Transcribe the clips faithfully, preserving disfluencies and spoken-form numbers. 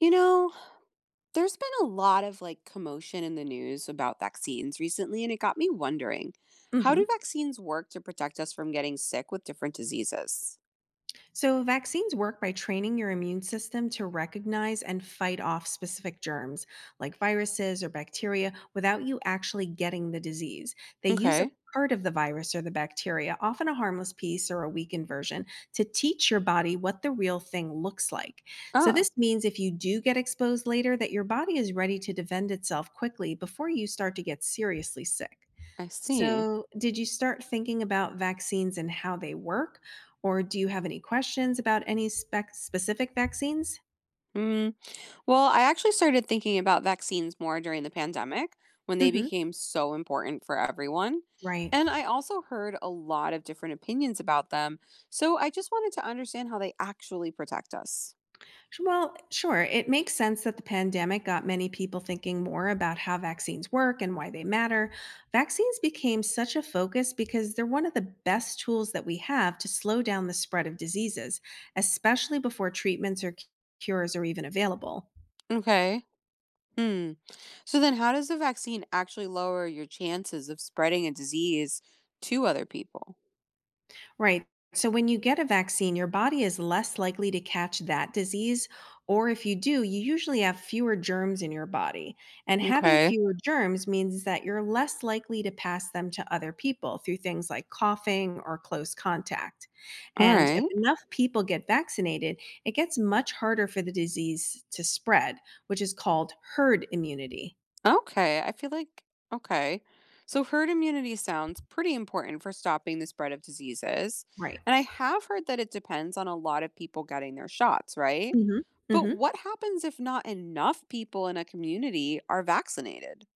You know, there's been a lot of like commotion in the news about vaccines recently, and it got me wondering, how do hmm vaccines work to protect us from getting sick with different diseases? So, vaccines work by training your immune system to recognize and fight off specific germs like viruses or bacteria without you actually getting the disease. They use a Okay. part of the virus or the bacteria, often a harmless piece or a weakened version, to teach your body what the real thing looks like. So, Oh, this means if you do get exposed later, that your body is ready to defend itself quickly before you start to get seriously sick. I see. So, did you start thinking about vaccines and how they work? Or do you have any questions about any spec- specific vaccines? Mm. Well, I actually started thinking about vaccines more during the pandemic when they hmm became so important for everyone. Right. And I also heard a lot of different opinions about them. So I just wanted to understand how they actually protect us. Sh- Well, sure. It makes sense that the pandemic got many people thinking more about how vaccines work and why they matter. Vaccines became such a focus because they're one of the best tools that we have to slow down the spread of diseases, especially before treatments or c- cures are even available. Okay. Mm. So then how does the vaccine actually lower your chances of spreading a disease to other people? Right. So when you get a vaccine, your body is less likely to catch that disease. Or if you do, you usually have fewer germs in your body. And having Okay. fewer germs means that you're less likely to pass them to other people through things like coughing or close contact. All And if right. enough people get vaccinated, it gets much harder for the disease to spread, which is called herd immunity. Okay. I feel like okay. So herd immunity sounds pretty important for stopping the spread of diseases. Right. And I have heard that it depends on a lot of people getting their shots, right? hmm But hmm what happens if not enough people in a community are vaccinated?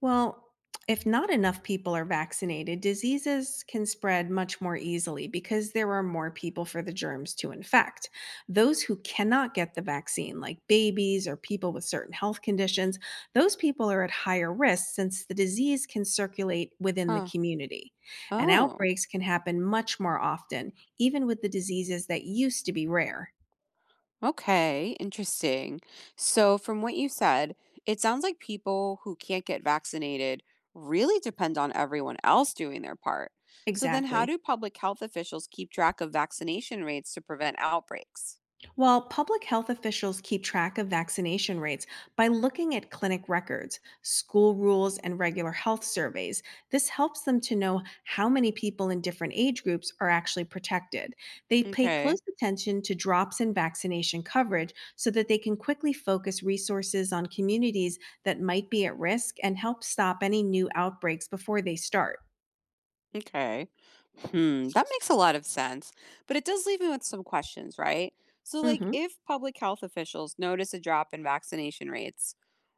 Well, if not enough people are vaccinated, diseases can spread much more easily because there are more people for the germs to infect. Those who cannot get the vaccine, like babies or people with certain health conditions, those people are at higher risk since the disease can circulate within the Huh. community. And Oh. outbreaks can happen much more often, even with the diseases that used to be rare. Okay, interesting. So, from what you said, it sounds like people who can't get vaccinated really depend on everyone else doing their part. So, then how Exactly. do public health officials keep track of vaccination rates to prevent outbreaks? While public health officials keep track of vaccination rates by looking at clinic records, school rules, and regular health surveys. This helps them to know how many people in different age groups are actually protected. They pay Okay. close attention to drops in vaccination coverage so that they can quickly focus resources on communities that might be at risk and help stop any new outbreaks before they start. Okay. Hmm, that makes a lot of sense, but it does leave me with some questions, right? So, like, hmm if public health officials notice a drop in vaccination rates,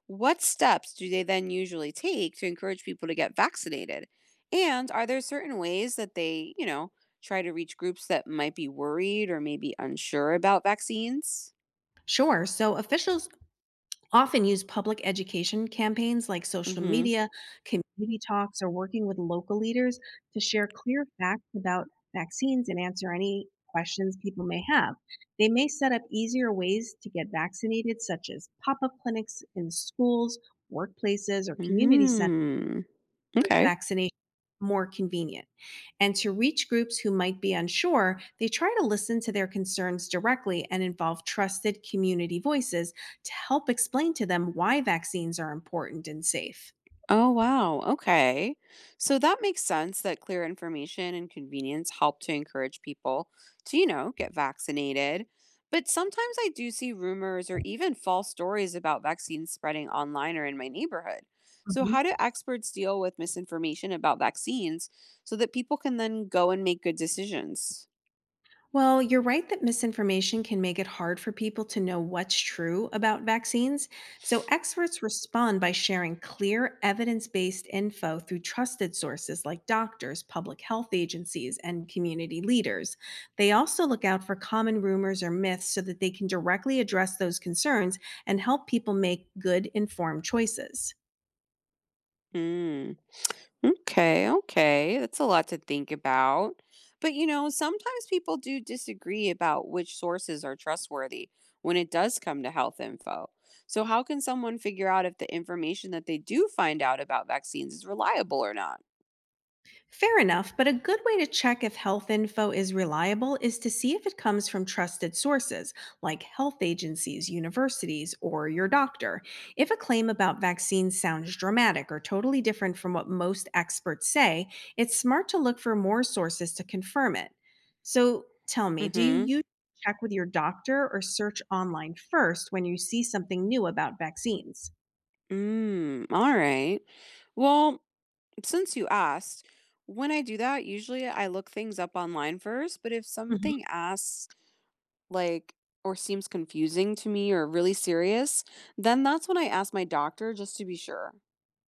what steps do they then usually take to encourage people to get vaccinated? And are there certain ways that they, you know, try to reach groups that might be worried or maybe unsure about vaccines? Sure. So officials often use public education campaigns like social Mm-hmm. media, community talks, or working with local leaders to share clear facts about vaccines and answer any questions people may have. They may set up easier ways to get vaccinated, such as pop up clinics in schools, workplaces, or community centers Hmm. those Okay. vaccinations more convenient. And to reach groups who might be unsure, they try to listen to their concerns directly and involve trusted community voices to help explain to them why vaccines are important and safe. Oh, wow. Okay. So that makes sense that clear information and convenience help to encourage people to, you know, get vaccinated. But sometimes I do see rumors or even false stories about vaccines spreading online or in my neighborhood. So, Mhm. how do experts deal with misinformation about vaccines so that people can then go and make good decisions? Well, you're right that misinformation can make it hard for people to know what's true about vaccines. So, experts respond by sharing clear, evidence based info through trusted sources like doctors, public health agencies, and community leaders. They also look out for common rumors or myths so that they can directly address those concerns and help people make good, informed choices. Mm. Okay, okay. That's a lot to think about. But you know, sometimes people do disagree about which sources are trustworthy when it does come to health info. So, how can someone figure out if the information that they do find out about vaccines is reliable or not? Fair enough, but a good way to check if health info is reliable is to see if it comes from trusted sources like health agencies, universities, or your doctor. If a claim about vaccines sounds dramatic or totally different from what most experts say, it's smart to look for more sources to confirm it. So tell me, do you Mm-hmm. usually check with your doctor or search online first when you see something new about vaccines? Mm, all right. Well, since you asked, when I do that, usually I look things up online first, but if something asks like or seems confusing to me or really serious, then that's when I ask my doctor just to be sure.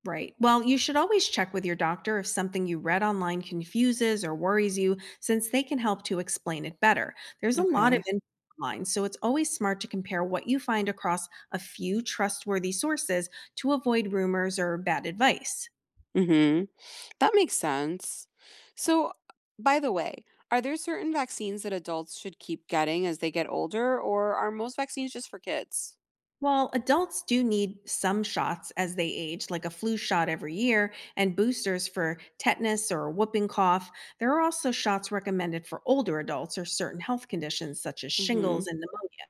Right. Well, you should always check with your doctor if something you read online confuses or worries you, since they can help to explain it better. There's a lot of Okay. info online, so it's always smart to compare what you find across a few trustworthy sources to avoid rumors or bad advice. Mhm. That makes sense. So, by the way, are there certain vaccines that adults should keep getting as they get older, or are most vaccines just for kids? While adults do need some shots as they age, like a flu shot every year and boosters for tetanus or whooping cough, there are also shots recommended for older adults or certain health conditions such as Mhm. shingles and pneumonia.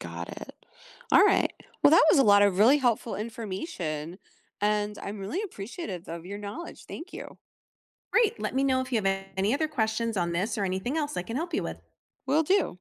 Got it. All right. Well, that was a lot of really helpful information, and I'm really appreciative of your knowledge. Thank you. Great. Let me know if you have any other questions on this or anything else I can help you with. Will do.